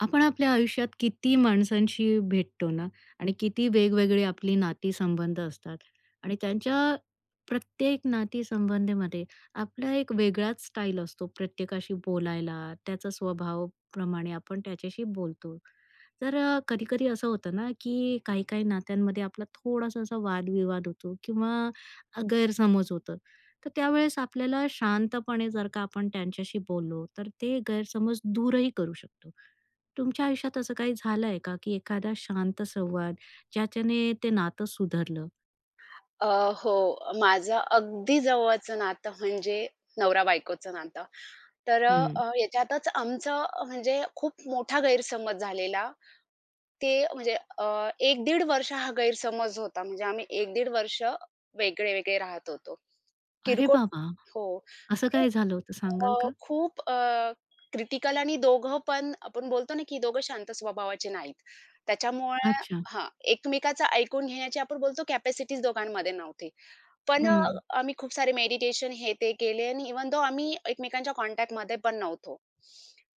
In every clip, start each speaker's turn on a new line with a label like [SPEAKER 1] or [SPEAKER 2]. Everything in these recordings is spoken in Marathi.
[SPEAKER 1] आपण आपल्या आयुष्यात किती माणसांशी भेटतो ना आणि किती वेगवेगळी आपली नातीसंबंध असतात आणि त्यांच्या प्रत्येक नातीसंबंधीमध्ये आपला एक वेगळाच स्टाईल असतो प्रत्येकाशी बोलायला त्याचा स्वभावाप्रमाणे आपण त्याच्याशी बोलतो. तर कधी-कधी असं होतं ना, की काही-काही नात्यांमध्ये आपला थोडासा असा वादविवाद होतो किंवा गैरसमज होतं. तर त्यावेळेस आपल्याला शांतपणे जर का आपण त्यांच्याशी बोललो, तर ते गैरसमज दूरही करू शकतो. तुमच्या आयुष्यात असं काही झालंय का, की एखादा शांत संवाद ज्याच्याने ते नातं सुधारलं?
[SPEAKER 2] अ, हो. माझं अगदी जवळचं नातं म्हणजे नवरा-बायकोचं नातं. तर
[SPEAKER 1] हं.
[SPEAKER 2] याच्यातच आमचं म्हणजे खूप मोठा गैरसमज झालेला. ते म्हणजे 1-1.5 वर्ष हा गैरसमज होता. म्हणजे आम्ही एक दीड वर्ष वेगळे-वेगळे राहत होतो.
[SPEAKER 1] अरे
[SPEAKER 2] किरकोळ
[SPEAKER 1] बाबा!
[SPEAKER 2] हो.
[SPEAKER 1] असं
[SPEAKER 2] म्हणजे
[SPEAKER 1] काय झालं होतं सांगाल का?
[SPEAKER 2] खूप क्रिटिकल आणि दोघं पण आपण बोलतो ना, की दोघं शांत स्वभावाचे नाहीत. त्याच्यामुळे
[SPEAKER 1] अच्छा.
[SPEAKER 2] हां, एकमेकाचं ऐकून घेण्याची आपण बोलतो कॅपॅसिटीज दोघांमध्ये नव्हती. पण
[SPEAKER 1] हं.
[SPEAKER 2] आम्ही खूप सारे मेडिटेशन हे ते केले आणि इव्हन दो आम्ही एकमेकांच्या कॉन्टॅक्टमध्ये पण नव्हतो.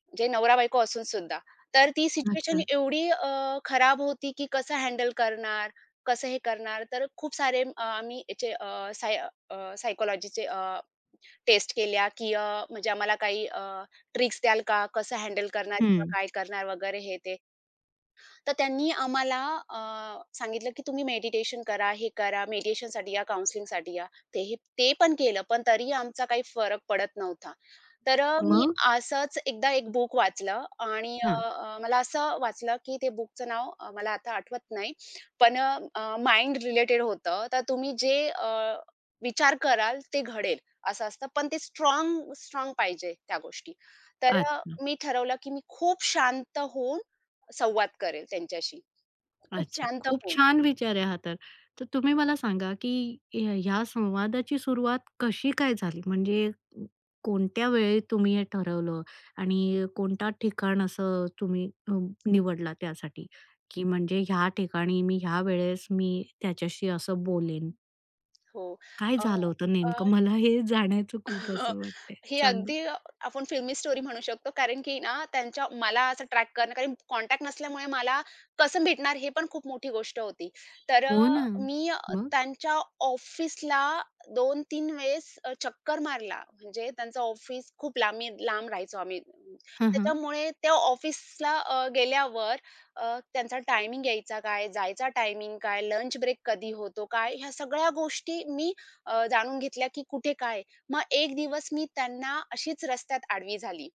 [SPEAKER 2] म्हणजे नवरा-बायको असून सुद्धा. तर ती
[SPEAKER 1] अच्छा.
[SPEAKER 2] सिच्युएशन एवढी खराब होती, की कसं हँडल करणार, कसं हे करणार. तर खूप सारे आम्ही याचे टेस्ट केल्या, की म्हणजे आम्हाला काही ट्रिक्स द्याल का? कसं हँडल करणार किंवा
[SPEAKER 1] हं.
[SPEAKER 2] काय करणार वगैरे हे ते. तर त्यांनी आम्हाला अ, सांगितलं, की तुम्ही मेडिटेशन करा, हे करा, मेडिटेशनसाठी या, काउंसलिंगसाठी या. तेही ते पण केलं, पण तरी आमचा काही फरक पडत नव्हता. तर मी
[SPEAKER 1] मग?
[SPEAKER 2] असंच एकदा एक बुक वाचलं आणि
[SPEAKER 1] हां.
[SPEAKER 2] अ, अ, मला असं वाचलं, की ते बुकचं नाव मला आता आठवत नाही, पण माइंड रिलेटेड होतं. तर तुम्ही जे विचार कराल ते घडेल, असं असतं. पण ते स्ट्राँग स्ट्राँग पाहिजे त्या गोष्टी. तर
[SPEAKER 1] अच्छा.
[SPEAKER 2] मी ठरवलं, की मी खूप शांत होऊन संवाद करेल त्यांच्याशी. खूप
[SPEAKER 1] अच्छा.
[SPEAKER 2] शांत
[SPEAKER 1] खूप
[SPEAKER 2] होऊन.
[SPEAKER 1] छान विचार आहे हा तर. तर तुम्ही मला सांगा, की ह्या ह्या संवादाची सुरुवात कशी काय झाली? म्हणजे कोणत्या वेळी तुम्ही हे ठरवलं आणि कोणता ठिकाण असं तुम्ही निवडला त्यासाठी, की म्हणजे ह्या ठिकाणी मी ह्या वेळेस मी त्याच्याशी असं बोलेन?
[SPEAKER 2] हो.
[SPEAKER 1] काय
[SPEAKER 2] अ,
[SPEAKER 1] झालं होतं
[SPEAKER 2] अ,
[SPEAKER 1] नेमकं? मला हे जाण्याचं खूप असं वाटतंय.
[SPEAKER 2] हे
[SPEAKER 1] सांगा.
[SPEAKER 2] अगदी आपण फिल्मी स्टोरी म्हणू शकतो. कारण की ना त्यांच्या मला असं ट्रॅक करणं कारण कॉन्टॅक्ट नसल्यामुळे मला कसं भेटणार हे पण खूप मोठी गोष्ट होती. तर
[SPEAKER 1] हो
[SPEAKER 2] अ,
[SPEAKER 1] ना.
[SPEAKER 2] मी अ,
[SPEAKER 1] मग?
[SPEAKER 2] त्यांच्या ऑफिसला दोन तीन वेळेस चक्कर मारला. म्हणजे त्यांचं ऑफिस खूप लांब लांब राहायचो आम्ही.
[SPEAKER 1] हां, हां.
[SPEAKER 2] त्याच्यामुळे त्या ऑफिसला गेल्यावर त्यांचा टायमिंग यायचा काय, जायचा टायमिंग काय, लंच ब्रेक कधी होतो काय, ह्या सगळ्या गोष्टी मी जाणून घेतल्या की कुठे काय मग एक दिवस मी त्यांना अशीच रस्त्यात आडवी झाली.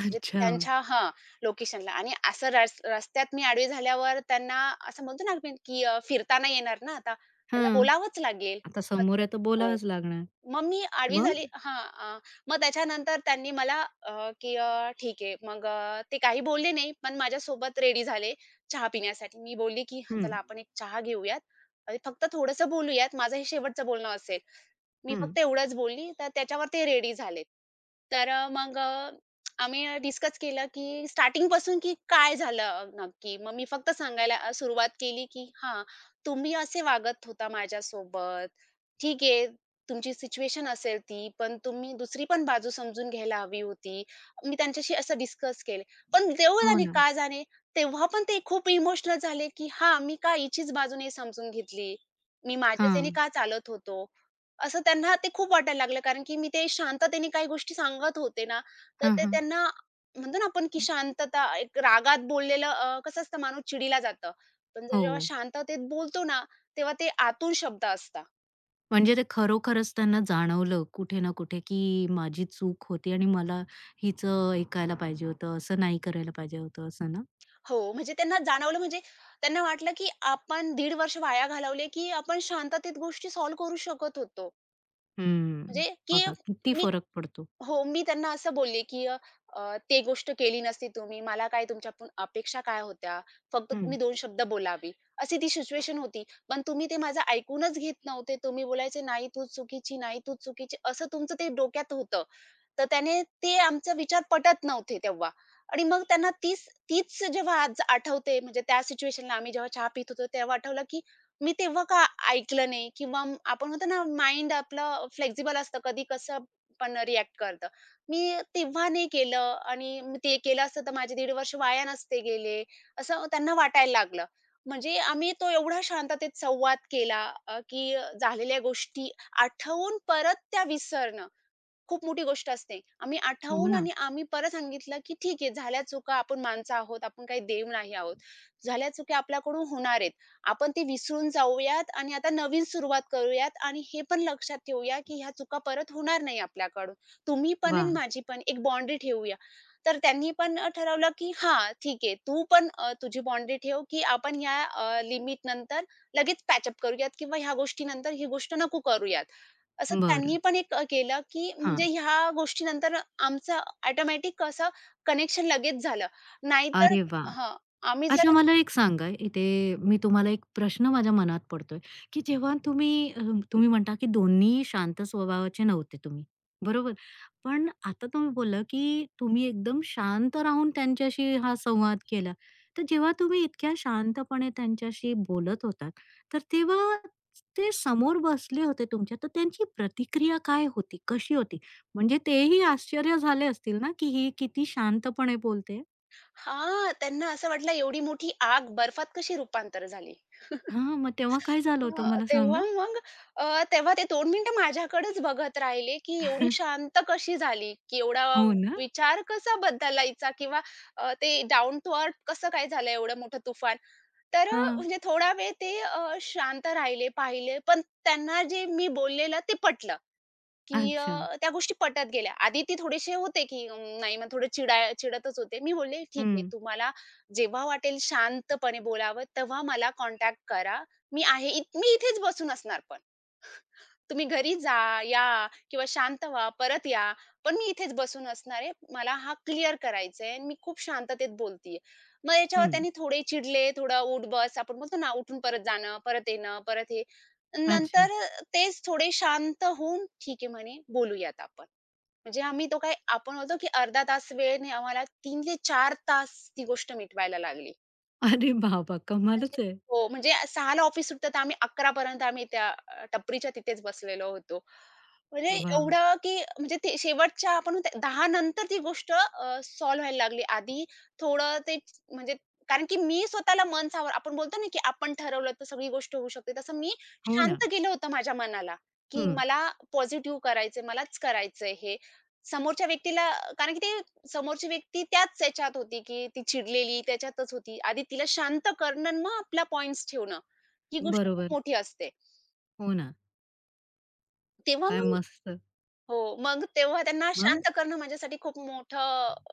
[SPEAKER 2] म्हणजे
[SPEAKER 1] अच्छा.
[SPEAKER 2] त्यांच्या हां, लोकेशनला आणि असं रस्त्यात मी आडवी झाल्यावर त्यांना असं म्हणतो ना आपण की फिरता नाही येणार ना आता. त्यांना
[SPEAKER 1] हां.
[SPEAKER 2] बोलावंच लागेल.
[SPEAKER 1] आता समोर
[SPEAKER 2] कसं
[SPEAKER 1] आहे तर
[SPEAKER 2] हो.
[SPEAKER 1] बोलावंच लागणार.
[SPEAKER 2] मग मी आडवी
[SPEAKER 1] मग?
[SPEAKER 2] झाली हां, अ, मग त्याच्यानंतर त्यांनी मला "ठीक आहे." मग ते काही बोलले नाही, पण माझ्यासोबत रेडी झाले चहा पिण्यासाठी. मी बोलली की
[SPEAKER 1] हं.
[SPEAKER 2] "चला आपण एक चहा घेऊयात आणि फक्त थोडंसं बोलूयात. माझं हे शेवटचं बोलणं असेल." मी
[SPEAKER 1] हं.
[SPEAKER 2] फक्त एवढंच बोलली, तर त्याच्यावर ते रेडी झालेत. तर मग आम्ही डिस्कस केलं, की स्टार्टिंगपासून की काय झालं नक्की? मग मी फक्त सांगायला सुरुवात केली, की "हां, तुम्ही असे वागत होता माझ्यासोबत. ठीक आहे, तुमची सिच्युएशन असेल ती, पण तुम्ही दुसरी पण बाजू समजून घ्यायला हवी होती." मी त्यांच्याशी असं डिस्कस केले. पण देव
[SPEAKER 1] हो
[SPEAKER 2] जाणे
[SPEAKER 1] ना.
[SPEAKER 2] का जाणे, तेव्हा पण ते खूप इमोशनल झाले, की "हां, मी का हिचीच बाजू नाही समजून घेतली? मी माझ्याच ह्याने
[SPEAKER 1] हां.
[SPEAKER 2] का चालत होतो?" असं त्यांना ते खूप वाटायला लागलं, कारण की मी ते शांततेने काही गोष्टी सांगत होते ना, तर
[SPEAKER 1] हां,
[SPEAKER 2] ते
[SPEAKER 1] हां.
[SPEAKER 2] त्यांना म्हणतो ना आपण, की शांतता एक रागात बोललेलं कसं असतं माणूस चिडीला जातं. पण जर
[SPEAKER 1] हो.
[SPEAKER 2] जेव्हा शांततेत बोलतो ना, तेव्हा ते आतून शब्द असतात.
[SPEAKER 1] म्हणजे ते खरोखरच त्यांना जाणवलं कुठे ना कुठे, की माझी चूक होती आणि मला हिचं ऐकायला पाहिजे होतं, असं नाही करायला पाहिजे होतं, असं ना?
[SPEAKER 2] हो, म्हणजे त्यांना जाणवलं म्हणजे त्यांना वाटलं, की आपण दीड वर्ष वाया घालवले, की आपण शांततेत गोष्टी सॉल्व्ह करू शकत होतो.
[SPEAKER 1] हम्म.
[SPEAKER 2] म्हणजे की
[SPEAKER 1] बघा किती फरक पडतो.
[SPEAKER 2] हो, मी त्यांना असं बोलले, की अ, अ, "ते गोष्ट केली नसती तुम्ही, मला काय तुमच्याकडून अपेक्षा काय होत्या? फक्त
[SPEAKER 1] हं.
[SPEAKER 2] तुम्ही दोन शब्द बोलावी, अशी ती सिच्युएशन होती. पण तुम्ही ते माझं ऐकूनच घेत नव्हते. तुम्ही बोलायचे, "नाही, तू चुकीची, नाही, तू चुकीची." असं तुमचं ते डोक्यात होतं. तर त्याने ते आमचा विचार पटत नव्हते तेव्हा आणि मग त्यांना तीच तीच जेव्हा आज आठवते म्हणजे त्या सिच्युएशनला आम्ही जेव्हा चहा पित होतो तेव्हा आठवलं, की मी तेव्हा का ऐकलं नाही किंवा आपण म्हणतो ना माइंड आपलं फ्लेक्सिबल असतं कधी कसं पण रिएक्ट करतं. मी तेव्हा नाही केलं आणि मी ते केलं असतं तर माझे दीड वर्ष वाया नसते गेले, असं त्यांना वाटायला लागलं. म्हणजे आम्ही तो एवढा शांततेत संवाद केला की झालेल्या गोष्टी आठवून परत त्या विसरणं खूप मोठी गोष्ट असते. आम्ही
[SPEAKER 1] हो
[SPEAKER 2] आठावून
[SPEAKER 1] ना.
[SPEAKER 2] आणि आम्ही परत सांगितलं, की "ठीक आहे, झाल्या चुका. आपण माणसं आहोत. आपण काही देव नाही आहोत. झाल्या चुका आपल्याकडून होणार आहेत. आपण ते विसरून जाऊयात आणि आता नवीन सुरुवात करूयात आणि हे पण लक्षात ठेवूया, की ह्या चुका परत होणार नाही आपल्याकडून. तुम्ही पण
[SPEAKER 1] वा,
[SPEAKER 2] आणि माझी पण एक बाउंडरी ठेवूया." तर त्यांनी पण ठरवलं, की "हां, ठीक आहे. तू पण तुझी बाउंडरी ठेव, की आपण या लिमिटनंतर लगेच पॅचअप करूयात किंवा ह्या गोष्टीनंतर ही गोष्ट नको करूयात." असं त्यांनी
[SPEAKER 1] बरं.
[SPEAKER 2] पण एक केलं, की
[SPEAKER 1] हां.
[SPEAKER 2] म्हणजे ह्या गोष्टीनंतर आमचं ऑटोमॅटिक असं कनेक्शन लगेच झालं. नाहीतर
[SPEAKER 1] अरे वा,
[SPEAKER 2] हां. आम्ही
[SPEAKER 1] अच्छा
[SPEAKER 2] जर
[SPEAKER 1] मला एक सांगा, इथे मी तुम्हाला एक प्रश्न माझ्या मनात पडतोय, की जेव्हा तुम्ही तुम्ही म्हणता, की दोन्ही शांत स्वभावाचे नव्हते तुम्ही, बरोबर? पण आता तुम्ही बोलला, की तुम्ही एकदम शांत राहून त्यांच्याशी हा संवाद केला. तर जेव्हा तुम्ही इतक्या शांतपणे त्यांच्याशी बोलत होतात, तर तेव्हा ते समोर बसले होते तुमच्या, तर त्यांची प्रतिक्रिया काय होती? कशी होती? म्हणजे तेही आश्चर्य झाले असतील ना, की ही किती शांतपणे बोलते?
[SPEAKER 2] हां, त्यांना असं वाटलं एवढी मोठी आग बर्फात कशी रूपांतर झाली?
[SPEAKER 1] हां, मग तेव्हा काय झालं
[SPEAKER 2] हां,
[SPEAKER 1] होतं मला
[SPEAKER 2] तेव्हा
[SPEAKER 1] सांगा?
[SPEAKER 2] मग तेव्हा ते 2 मिनिटं माझ्याकडेच बघत राहिले, की एवढी शांत कशी झाली? की एवढा
[SPEAKER 1] हो ना?
[SPEAKER 2] विचार कसा बदलायचा? किंवा ते डाउन टू अर्थ कसं काय झालं एवढं मोठं तुफान? तर
[SPEAKER 1] हां.
[SPEAKER 2] म्हणजे थोडा वेळ ते शांत राहिले, पाहिले. पण त्यांना जे मी बोललेलं ते पटलं, की
[SPEAKER 1] अच्छा.
[SPEAKER 2] त्या गोष्टी पटत गेल्या. आधी ते थोडेसे होते, की अं, नाही मग थोडे चिडा चिडतच होते. मी बोलले, "ठीक
[SPEAKER 1] हं,
[SPEAKER 2] आहे, तुम्हाला जेव्हा वाटेल शांतपणे बोलावं, तेव्हा मला कॉन्टॅक्ट करा. मी आहे. मी इथेच बसून असणार पण." तुम्ही घरी जा, या किंवा शांत व्हा, परत या. पण मी इथेच बसून असणार आहे. मला हा क्लिअर करायचा आहे आणि मी खूप शांततेत बोलतीये. मग याच्यावर
[SPEAKER 1] हं.
[SPEAKER 2] त्यांनी थोडे चिडले, थोडं उठ-बस आपण बोलतो ना, उठून परत जाणं, परत येणं, परत हे.
[SPEAKER 1] अच्छा.
[SPEAKER 2] नंतर तेच थोडे शांत होऊन, "ठीक आहे," म्हणे, "बोलूयात आपण." म्हणजे आम्ही तो काय आपण बोलतो, की अर्धा तास वेळेने आम्हाला 3 ते 4 तास ती गोष्ट मिटवायला लागली.
[SPEAKER 1] अरे बाबा!
[SPEAKER 2] म्हणजे
[SPEAKER 1] कमालच आहे.
[SPEAKER 2] हो, म्हणजे 6:00 ला ऑफिस सुटतं, तर आम्ही 11:00 पर्यंत आम्ही त्या टपरीच्या तिथेच बसलेलो होतो. म्हणजे
[SPEAKER 1] वाह!
[SPEAKER 2] एवढं, की म्हणजे ते शेवटच्या आपण म्हणतो 10:00 नंतर ती गोष्ट सॉल्व्ह व्हायला लागली. आधी थोडं ते म्हणजे कारण की मी स्वतःला मन सावर आपण बोलतो ना, की आपण ठरवलं तर सगळी गोष्ट होऊ शकते. तसं मी
[SPEAKER 1] हो ना.
[SPEAKER 2] शांत केलं होतं माझ्या मनाला, की
[SPEAKER 1] हं.
[SPEAKER 2] मला पॉझिटिव्ह करायचंय, मलाच करायचंय हे. समोरच्या व्यक्तीला कारण की ते समोरची व्यक्ती त्याच याच्यात होती, की ती चिडलेली त्याच्यातच होती. आधी तिला शांत करणं आणि मग आपला पॉइंट्स ठेवणं, ही गोष्ट खूप
[SPEAKER 1] बरोबर.
[SPEAKER 2] मोठी असते.
[SPEAKER 1] हो ना.
[SPEAKER 2] तेव्हा
[SPEAKER 1] काय
[SPEAKER 2] मग
[SPEAKER 1] मस्त.
[SPEAKER 2] हो, मग तेव्हा त्यांना
[SPEAKER 1] मग?
[SPEAKER 2] शांत करणं माझ्यासाठी खूप मोठं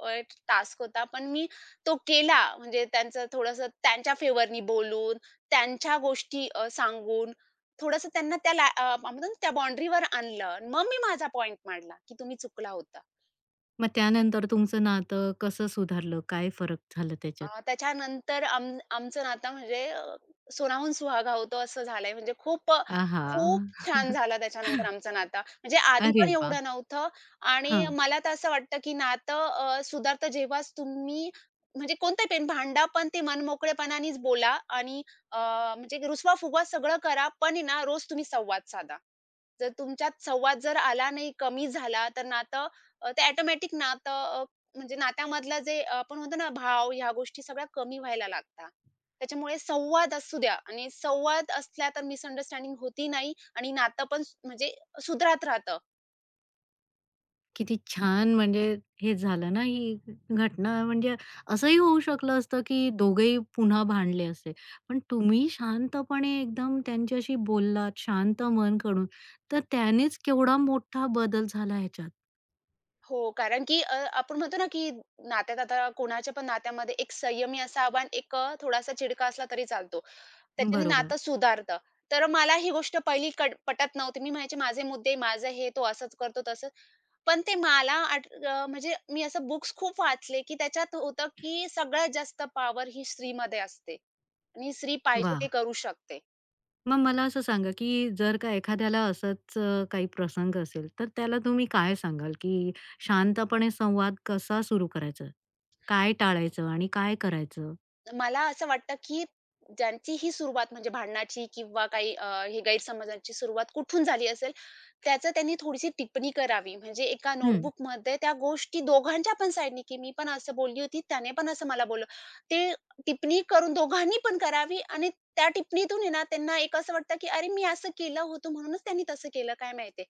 [SPEAKER 2] अ, टास्क होता. पण मी तो केला. म्हणजे त्यांचं थोडंसं त्यांच्या फेवरनी बोलून, त्यांच्या गोष्टी सांगून थोडंसं त्यांना त्या ला आपण म्हणतो ना त्या बाउंडरीवर आणलं. मग मी माझा पॉइंट मांडला, की तुम्ही चुकला होता.
[SPEAKER 1] मग त्यानंतर तुमचं नातं कसं सुधारलं? काय फरक झाला त्याच्यात?
[SPEAKER 2] त्याच्यानंतर आमचं नातं म्हणजे सोनाहून सुहागा होतो असं झालंय. म्हणजे खूप
[SPEAKER 1] आहा!
[SPEAKER 2] खूप छान झालं त्याच्यानंतर आमचं नातं. म्हणजे आधी
[SPEAKER 1] अरे
[SPEAKER 2] पण
[SPEAKER 1] वाह!
[SPEAKER 2] एवढं नव्हतं आणि
[SPEAKER 1] हां.
[SPEAKER 2] मला तर असं वाटतं, की नातं सुधारतं जेव्हाच तुम्ही म्हणजे कोणतंही पेन भांडा, पण ते मनमोकळेपणानेच बोला आणि अ, म्हणजे रुसवा-फुगवा सगळं करा, पण आहे ना रोज तुम्ही संवाद साधा. जर तुमच्यात संवाद जर आला नाही, कमी झाला, तर नातं ते ऑटोमॅटिक नातं म्हणजे नात्यामधला जे आपण म्हणतो ना भाव ह्या गोष्टी सगळ्या कमी व्हायला लागतात. त्याच्यामुळे संवाद असू द्या आणि संवाद असला तर मिसअंडरस्टँडिंग होती नाही आणि नातं पण म्हणजे सुधारत राहतं.
[SPEAKER 1] किती छान म्हणजे हे झालं ना ही घटना म्हणजे असंही होऊ शकलं असतं की दोघेही पुन्हा भांडले असते. पण तुम्ही शांतपणे एकदम त्यांच्याशी बोललात, शांत मन काढून, तर त्यानेच केवढा मोठा बदल झाला ह्याच्यात.
[SPEAKER 2] हो, कारण की आपण म्हणतो ना, की नात्यात आता कोणाच्या पण नात्यामध्ये एक संयमी असावा आणि एक थोडासा चिडका असला तरी चालतो. त्याच्याने
[SPEAKER 1] बरोबर.
[SPEAKER 2] नातं सुधारतं. तर मला ही गोष्ट पहिली कड पटत नव्हती. मी म्हणायचे माझे मुद्दे, माझं हे, तो असंच करतो, तसंच पण ते मला म्हणजे मी असं बुक्स खूप वाचले, की त्याच्यात होतं, की सगळ्यात जास्त पॉवर ही स्त्रीमध्ये असते आणि स्त्री पाहिजे ते
[SPEAKER 1] वाह!
[SPEAKER 2] करू शकते.
[SPEAKER 1] मग मला असं सांगा की जर का एखाद्याला असंच काही प्रसंग असेल, तर त्याला तुम्ही काय सांगाल की शांतपणे संवाद कसा सुरू करायचा? काय टाळायचं आणि काय करायचं?
[SPEAKER 2] मला असं वाटतं, की ज्यांची ही सुरुवात म्हणजे भांडणाची किंवा काही हे गैरसमजांची सुरुवात कुठून झाली असेल, त्याचं त्यांनी थोडीशी टिप्पणी करावी. म्हणजे एका
[SPEAKER 1] हं.
[SPEAKER 2] नोटबुकमध्ये त्या गोष्टी दोघांच्या पण साइडनी, की मी पण असं बोलली होती, त्याने पण असं मला बोललं. ते टिप्पणी करून दोघांनी पण करावी आणि त्या टिप्पणीतून आहे ना, त्यांना एक असं वाटतं, की अरे मी असं केलं होतं म्हणूनच त्यांनी तसं केलं, काय माहिती.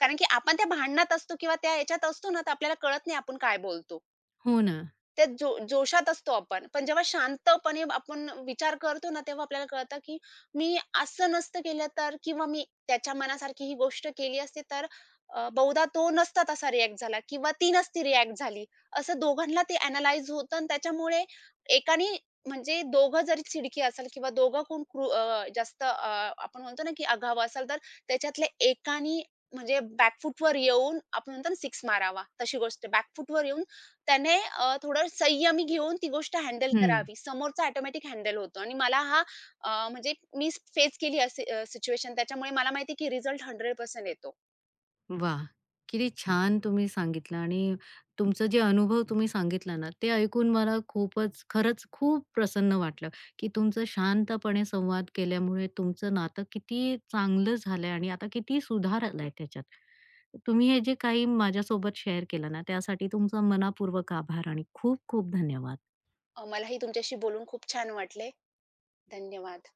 [SPEAKER 2] कारण की आपण त्या भांडणात असतो किंवा त्या ह्याच्यात असतो ना, तर आपल्याला कळत नाही आपण काय बोलतो.
[SPEAKER 1] हो ना.
[SPEAKER 2] त्या जोशात असतो आपण. पण जेव्हा शांतपणे आपण विचार करतो ना, तेव्हा आपल्याला कळतं, की मी असं नसतं केलं तर किंवा मी त्याच्या मनासारखी ही गोष्ट केली असती तर बहुधा तो नसता तसा रिॲक्ट झाला किंवा ती नसती रिॲक्ट झाली. असं दोघांना ते अॅनलाईज होतं आणि त्याच्यामुळे एकाने म्हणजे दोघं जरी चिडकी असेल किंवा दोघं जास्त आपण म्हणतो ना, की आघाव असेल, तर त्याच्यातल्या एकाने म्हणजे बॅक येऊन आपण म्हणतो ना, सिक्स मारावा. तशी गोष्ट बॅक येऊन त्याने थोडं संयमी घेऊन ती गोष्ट हँडल
[SPEAKER 1] हं.
[SPEAKER 2] करावी. समोरचा ऑटोमॅटिक हँडल होतो आणि मला म्हणजे मी फेस केली अशी सिच्युएशन त्याच्यामुळे मला माहिती आहे की रिझल्ट 100% येतो.
[SPEAKER 1] वाह! किती छान तुम्ही सांगितलं आणि तुमचा जे अनुभव तुम्ही सांगितला ना, ते ऐकून मला खूपच खरंच खूप प्रसन्न वाटलं, की तुमचं शांतपणे संवाद केल्यामुळे तुमचं नातं किती चांगलं झालंय आणि आता किती सुधार आलाय त्याच्यात. तुम्ही हे जे काही माझ्यासोबत शेअर केलं ना, त्यासाठी तुमचा मनःपूर्वक आभार आणि खूप खूप धन्यवाद.
[SPEAKER 2] मलाही तुमच्याशी बोलून खूप छान वाटले. धन्यवाद.